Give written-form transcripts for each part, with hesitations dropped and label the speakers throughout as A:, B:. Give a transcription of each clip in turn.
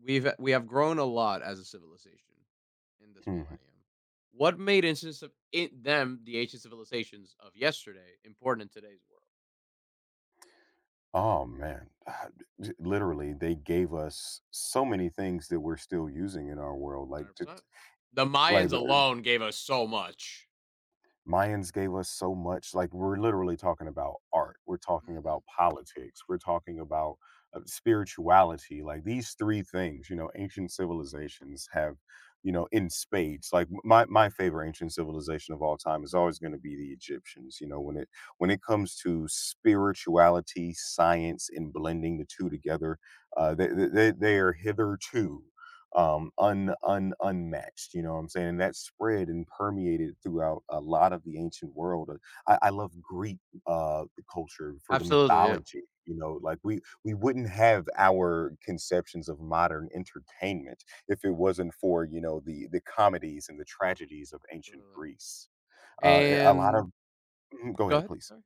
A: We have grown a lot as a civilization in this
B: Mhm.
A: millennium. What made instance of in them the ancient civilizations of yesterday important in today's
B: Oh man, literally, they gave us so many things that we're still using in our world.
A: world?
B: Like,
A: 100%.
B: just,
A: The
B: like
A: Mayans alone gave us so much.
B: Mayans gave us so much. Like we're literally talking about art. We're talking
A: Mhm.
B: about politics. We're talking about spirituality. Like these three things, you know, ancient civilizations have, you know, in spades. Like my favorite ancient civilization of all time is always going to be the Egyptians. You know, when it comes to spirituality, science, and blending the two together, they are hitherto unmatched. You know what I'm saying? And that spread and permeated throughout a lot of the ancient world. I love Greek uh, culture for the
A: Absolutely, yeah.
B: mythology. You know, like we wouldn't have our conceptions of modern entertainment if it wasn't for, you know, the comedies and the tragedies of ancient
A: Absolutely.
B: Greece. A lot
A: And
B: of go
A: go
B: ahead,
A: ahead,
B: please.
A: sorry.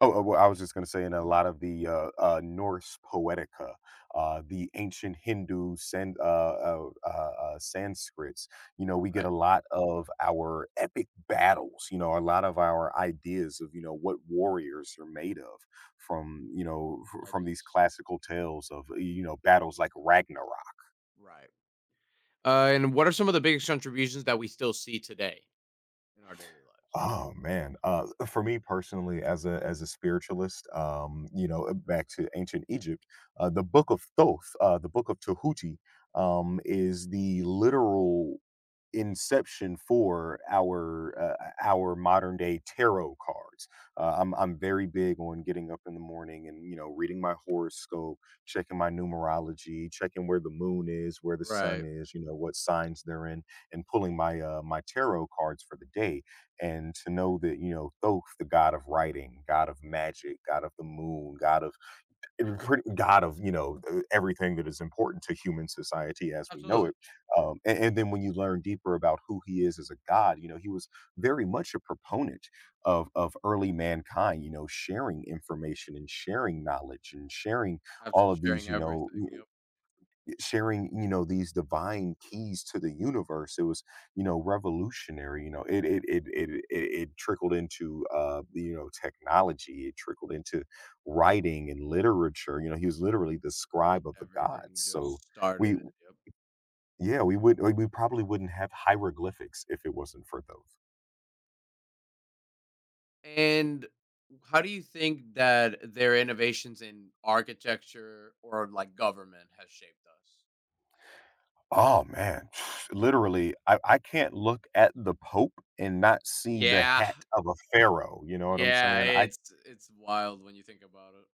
B: Oh, well, I was just going to say, in a
A: Mhm.
B: lot of the Norse Poetica, the ancient Hindu Sanskrits, you know, we get
A: Right.
B: a lot of our epic battles, you know, a lot of our ideas of, you know, what warriors are made of from, from these
A: Legends.
B: classical tales of, you know, battles like Ragnarok.
A: Right. And what are some of the biggest contributions that we still see today in our daily lives?
B: Oh man, for me personally, as a spiritualist, you know, back to ancient Egypt, the Book of Thoth, the Book of Tehuti, is the literal inception for our modern day tarot cards. I'm very big on getting up in the morning and, you know, reading my horoscope, checking my numerology, checking where the moon is, where the sun
A: Right.
B: is, you know what signs they're in, and pulling my tarot cards for the day. And to know that, you know, Thoth, the god of writing, god of magic, god of the moon, god of a pretty god of, everything that is important to human society as we know
A: Absolutely.
B: it, and then when you learn deeper about who he is as a god, you know, he was very much a proponent of early mankind, you know, sharing information and sharing knowledge and sharing all
A: Absolutely.
B: of
A: Sharing
B: these, you know,
A: everything. Yep.
B: sharing, you know, these divine keys to the universe. It was, you know, revolutionary. You know, it trickled into, you know, technology. It trickled into writing and literature. You know, he was literally the
A: Me,
B: scribe of the
A: everything
B: gods. So
A: just
B: we
A: started it, yep.
B: yeah, we probably wouldn't have hieroglyphics if it wasn't for those.
A: And how do you think that their innovations in architecture or like government has shaped us?
B: Oh man, literally, I can't look at the pope and not see the
A: Yeah,
B: hat of a pharaoh. You know what I'm
A: yeah,
B: saying? I.
A: it's wild when you think about it.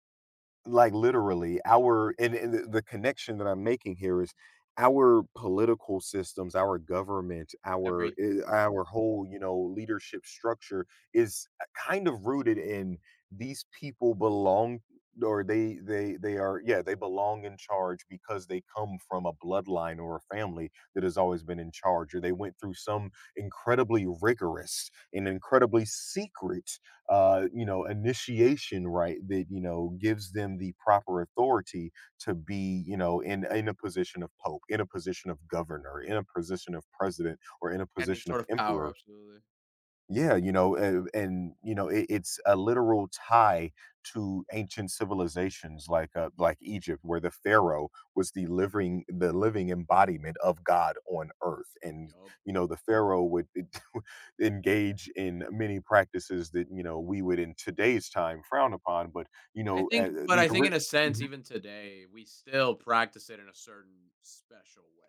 B: Like, literally, our and the connection that I'm making here is our political systems, our government, our
A: Everything,
B: eh,
A: almost.
B: our whole, you know, leadership structure is kind of rooted in these people belong or they are, yeah, they belong in charge because they come from a bloodline or a family that has always been in charge, or they went through some incredibly rigorous and incredibly secret you know, initiation right that, you know, gives them the proper authority to be, you know, in a position of pope, in a position of governor, in a position of president, or in a
A: Any
B: position of
A: sort of power,
B: emperor.
A: absolutely.
B: Yeah, you know, and you know, it's a literal tie to ancient civilizations like, like Egypt, where the pharaoh was the living embodiment of God on earth, and,
A: Yup.
B: you know, the pharaoh would engage in many practices that, you know, we would in today's time frown upon, but, you
A: I
B: know,
A: think, but I think in a sense,
B: Mhm.
A: even today, we still practice it in a certain special way.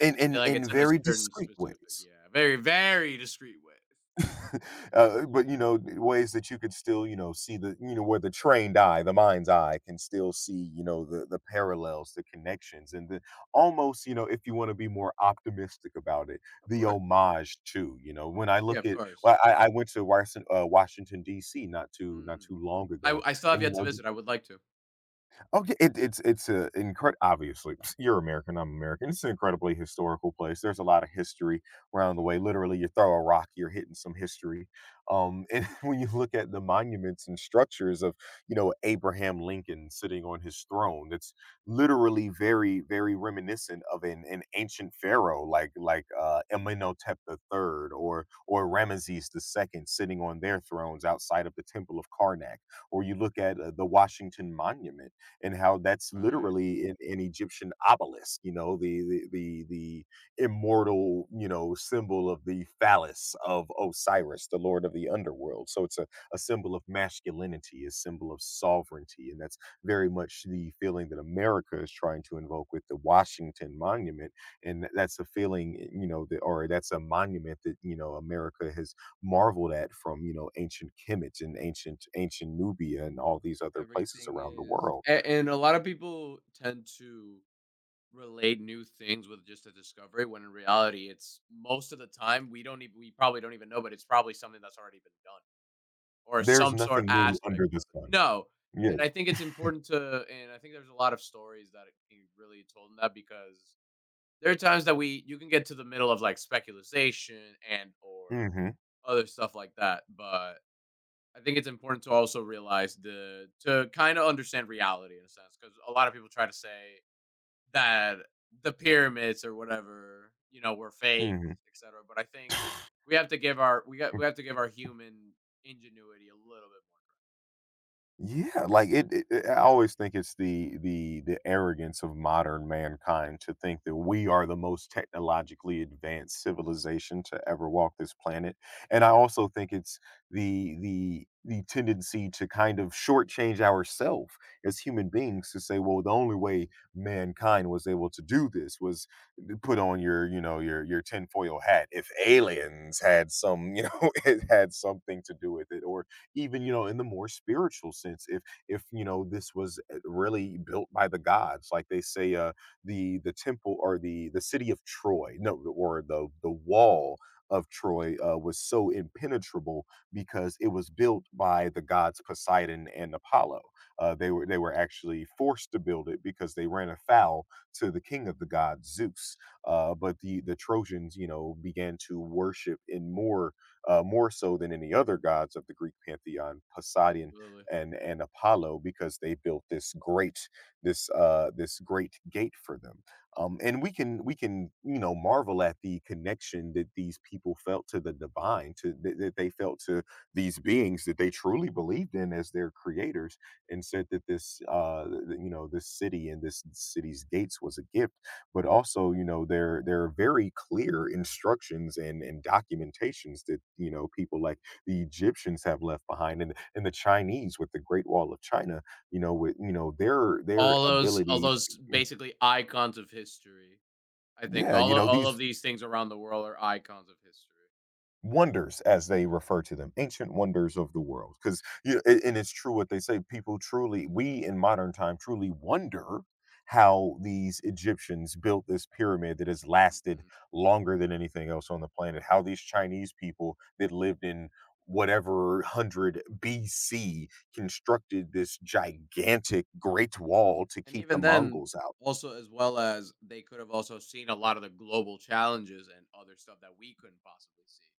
B: in
A: Feel
B: in
A: like
B: in
A: it's in a
B: very
A: certain
B: discreet
A: specific,
B: ways.
A: yeah, very very discreet way. Yeah,
B: But, you know, ways that you could still, you know, see the, you know, where the trained eye, the mind's eye can still see, you know, the parallels, the connections, and the, almost, you know, if you want to be more optimistic about it,
A: of
B: the
A: course.
B: homage too. You know, when I
A: Yeah,
B: look
A: of
B: at,
A: course.
B: well, I went to Washington, Washington DC not too, not
A: Hmm.
B: too long
A: I
B: ago,
A: I still have
B: and, you
A: yet to
B: know,
A: visit, I would like to.
B: okay, it's a incredible. Obviously, you're American. I'm American. It's an incredibly historical place. There's a lot of history around the way.
A: Absolutely
B: Literally, you throw a rock, you're hitting some history. And when you look at the monuments and structures of, you know, Abraham Lincoln sitting on his throne, it's literally very, very reminiscent of an ancient pharaoh like, like Amenhotep the Third, or Ramesses the Second sitting on their thrones outside of the Temple of Karnak. Or you look at, the Washington Monument and how that's
A: right.
B: literally an Egyptian obelisk. You know, the immortal, you know, symbol of the phallus of Osiris, the lord of the underworld. So it's a symbol of masculinity, a symbol of sovereignty, and that's very much the feeling that America is trying to invoke with the Washington Monument, and that's a feeling, eh, you know, that, or that's a monument that, you know, America has marveled at from, you know, ancient Kemet and ancient, ancient Nubia and all these other places
A: Everything
B: around the
A: is
B: world.
A: a and a lot of people tend to relate new things with just a discovery when in reality it's most of the time we don't even we probably don't even know, but it's probably something that's already been done or
B: There's
A: some sort
B: nothing new under
A: aspect
B: the
A: of it.
B: sun.
A: No,
B: Yeah.
A: and I think it's important to and I think there's a lot of stories that can be really told in that because there are times that we you can get to the middle of, like, speculation and or
B: Mhm.
A: other stuff like that, but I think it's important to also realize the to kind of understand reality in a sense because a lot of people try to say that the pyramids or whatever you know were faked,
B: Mhm.
A: etc. But I think we have to give our we got we have to give our human ingenuity a little bit
B: Yeah, like I always think it's the arrogance of modern mankind to think that we are the most technologically advanced civilization to ever walk this planet. And I also think it's the tendency to kind of shortchange ourselves as human beings to say, well, the only way mankind was able to do this was to put on, your, you know, your tinfoil hat. If
A: more.
B: aliens had some, you know, it had something to do with it, or even, you know, in the more spiritual sense, if, you know, this was really built by the gods. Like they say, the temple, or the city of Troy, no, or the wall of Troy, was so impenetrable because it was built by the gods Poseidon and Apollo. They were actually forced to build it because they ran afoul to the king of the gods, Zeus. But the Trojans, you know, began to worship in more more so than any other gods of the Greek pantheon,
A: Right,
B: Poseidon
A: absolutely.
B: and Apollo, because they built this great, this great gate for them. And we can, you know, marvel at the connection that these people felt to the divine, to that they felt to these beings that they truly believed in as their creators, and said that this, this city and this city's gates, was a gift. But also, you know, there are very clear instructions and documentations that, you know, people like the Egyptians have left behind, and the Chinese with the Great Wall of China, you know, with, you know, their
A: All
B: ability
A: those
B: to-
A: basically icons of history. I think
B: Yeah,
A: all
B: you
A: o-
B: know,
A: all
B: these
A: of these things around the world are icons of history.
B: wonders, as they refer to them, ancient wonders of the world, because, and it's true what they say, people truly, we in modern time, truly wonder how these Egyptians built this pyramid that has lasted
A: Hmm.
B: longer than anything else on the planet, how these Chinese people that lived in whatever 100 BC constructed this gigantic great wall to
A: And
B: keep the
A: even then,
B: Mongols out.
A: also as well as they could have also seen a lot of the global challenges and other stuff that we couldn't possibly see.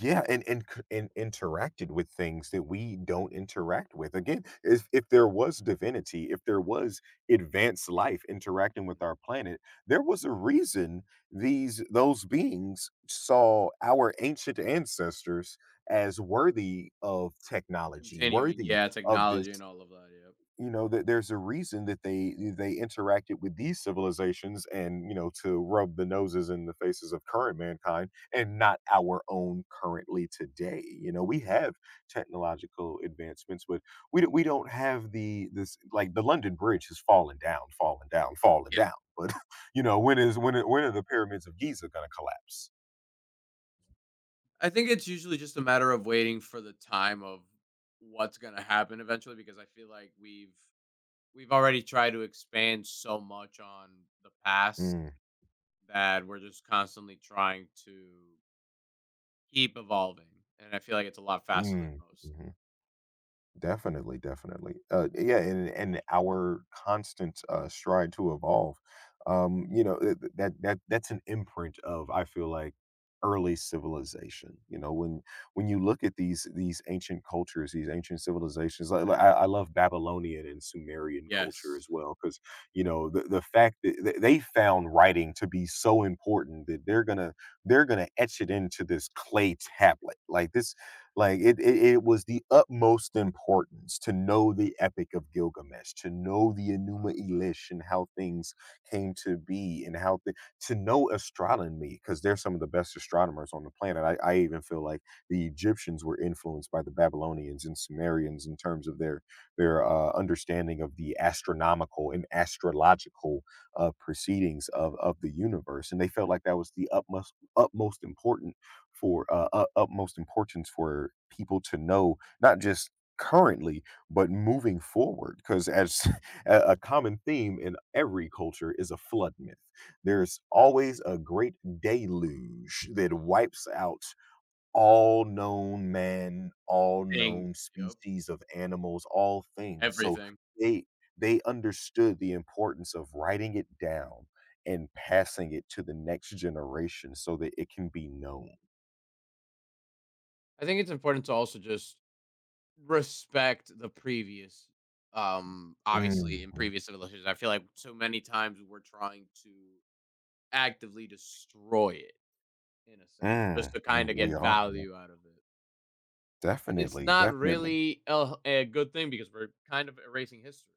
B: Yeah, and c and interacted with things that we don't interact with. Again, if there was divinity, if there was advanced life interacting with our planet, there was a reason these, those beings saw our ancient ancestors as worthy of technology,
A: Continuing,
B: worthy
A: yeah,
B: of this.
A: technology and all of that. Yep.
B: You know, that there's a reason that they interacted with these civilizations, and, you know, to rub the noses in the faces of current mankind, and not our own currently today. You know, we have technological advancements, but we don't have the, this, like the London Bridge has fallen down, fallen down, fallen
A: Yeah,
B: down, but, you know, when is, when are the pyramids of Giza going to collapse?
A: I think it's usually just a matter of waiting for the time of what's gonna happen eventually, because I feel like we've already tried to expand so much on the past
B: Mm,
A: that we're just constantly trying to keep evolving, and I feel like it's a lot faster than
B: mm,
A: most now.
B: mm-hmm. Definitely, definitely. Yeah, and our constant stride to evolve. That's an imprint of, I feel like, early civilization. You know, when you look at these ancient cultures, these ancient civilizations. I love Babylonian and Sumerian culture
A: Yes.
B: as well because you know the fact that they found writing to be so important that they're gonna etch it into this clay tablet like this like it was the utmost importance to know the Epic of Gilgamesh, to know the Enuma Elish and how things came to be, and how to know astronomy because they're some of the best astronomers on the planet. I even feel like the Egyptians were influenced by the Babylonians and Sumerians in terms of their understanding of the astronomical and astrological proceedings of the universe, and they felt like that was the utmost utmost important for utmost importance for people to know, not just currently, but moving forward. Because as a common theme in every culture is a flood myth. There's always a great deluge that wipes out all known man, all
A: 100%. Things.
B: known
A: Yep.
B: species of animals, all things. So
A: Everything.
B: they they understood the importance of writing it down and passing it to the next generation so that it can be known.
A: I think it's important to also just respect the previous obviously in
B: Mhm.
A: previous civilizations. I feel like so many times we're trying to actively destroy it in a sense, just
B: Mm,
A: to
B: mm,
A: kind of
B: we
A: get
B: are, yeah.
A: value out of it. And it's
B: Definitely,
A: not
B: definitely.
A: really a good thing because we're kind of erasing history.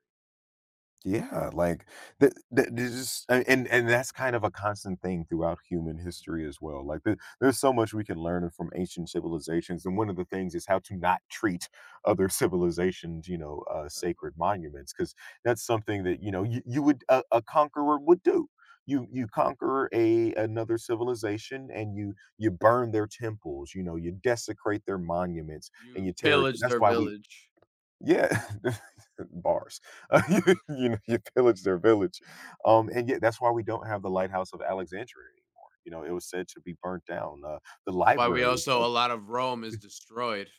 B: Yeah, like th th there's just and that's kind of a constant thing throughout human history as well. Like there's so much we can learn from ancient civilizations, and one of the things is how to not treat other civilizations, you know,
A: Exactly.
B: sacred monuments, because that's something that you know you would a conqueror would do. You conquer a another civilization and you burn their temples, you know, you desecrate their monuments and you
A: You
B: tear. It.
A: pillage
B: That's
A: their
B: why we
A: village.
B: yeah, bars.
A: Mhm.
B: You know, you pillage their village, and yet that's why we don't have the lighthouse of Alexandria anymore. You know, it was said to be burnt down. The
A: That's why we
B: libraries
A: also a
B: of
A: lot of Rome is destroyed.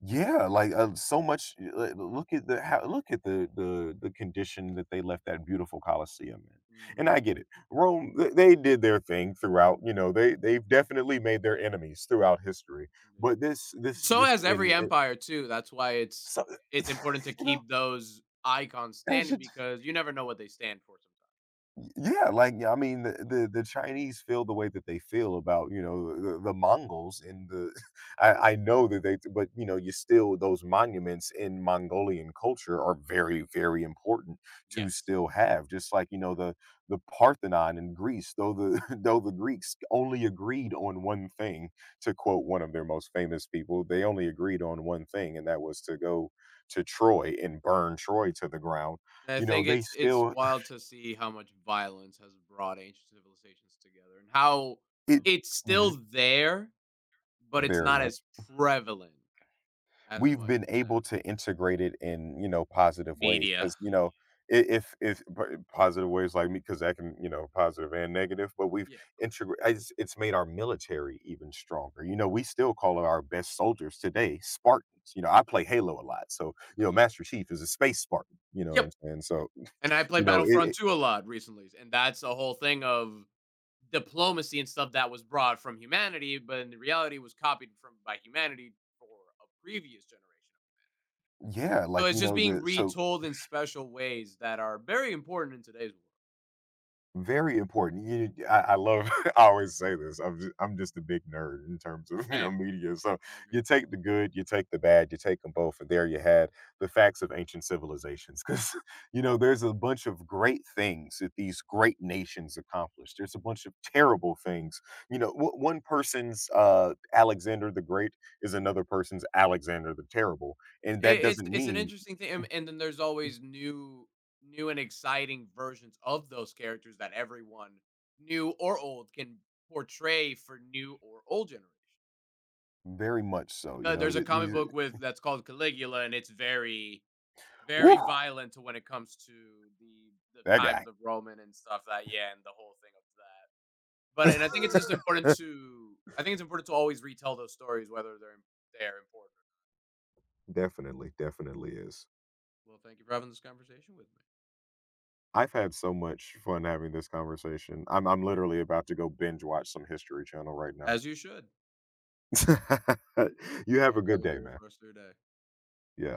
B: yeah, like so much. Look at the how, look at the condition that they left that beautiful Colosseum in.
A: Mm.
B: And I get it. Rome, they did their thing throughout. You know, they've definitely made their enemies throughout history. But this this
A: So
B: this
A: has every
B: in
A: empire too. That's why it's
B: so
A: it's important to
B: you know.
A: keep those icons
B: As
A: standing
B: you.
A: because you never know what they stand for sometimes.
B: Yeah, like yeah, I mean, the Chinese feel the way that they feel about you know the Mongols and the I know that they but you know you still those monuments in Mongolian culture are very very important to
A: Yes.
B: still have just like you know the Parthenon in Greece though the though the Greeks only agreed on one thing to quote one of their most famous people they only agreed on one thing and that was to go to Troy and burn Troy to the ground.
A: And I
B: You know
A: think
B: they
A: it's
B: still
A: wild to see how much violence has brought ancient civilizations together and how
B: it.
A: it's
B: Mhm.
A: still there, but it's
B: Very
A: not
B: much.
A: as prevalent as
B: We've
A: much
B: been
A: now.
B: able to integrate it in, you know, positive ways
A: Media.
B: because you know, I if p positive ways like me, because that can, you know, positive and negative, but we've
A: Yeah, of course.
B: integrated. It's made our military even stronger. You know, we still call our best soldiers today Spartans. You know, I play Halo a lot, so, you know,
A: Absolutely.
B: Master Chief is a space Spartan, you know what
A: Yep.
B: I'm saying? So,
A: And I played
B: you know, it
A: Battlefront
B: it
A: 2 a lot recently, and that's a whole thing of diplomacy and stuff that was brought from humanity, but in reality was copied from by humanity for a previous generation.
B: yeah,
A: So
B: like,
A: it's
B: you
A: just
B: know,
A: being
B: the so
A: retold in special ways that are very important in today's world.
B: very important. I love. I always say this. I'm just a big nerd in terms of you know
A: Same,
B: media. So
A: I agree.
B: you take the good, you take the bad, you take them both, and there you had the facts of ancient civilizations. Because you know there's a bunch of great things that these great nations accomplished. There's a bunch of terrible things. You know, one person's Alexander the Great is another person's Alexander the Terrible, and that
A: It, it's
B: doesn't
A: it's an
B: mean
A: interesting thing, and then there's always new and exciting versions of those characters that everyone, new or old, can portray for new or old generation.
B: very much
A: I
B: so.
A: feel
B: You
A: like
B: know,
A: there's a comic
B: these.
A: book with that's called Caligula, and it's very
B: Woo,
A: very violent to when it comes to the
B: that
A: times
B: guy.
A: of Roman and stuff that yeah, and the whole thing of that. But and I think it's just important to I think it's important to always retell those stories whether they're important.
B: Definitely, definitely is.
A: Well, thank you for having this conversation with me.
B: I've had so much fun having this conversation. I'm literally about to go binge watch some History Channel right now.
A: As you should.
B: You
A: I
B: have a
A: hope you have
B: good
A: a
B: day,
A: beautiful
B: man.
A: rest of your day.
B: Yeah.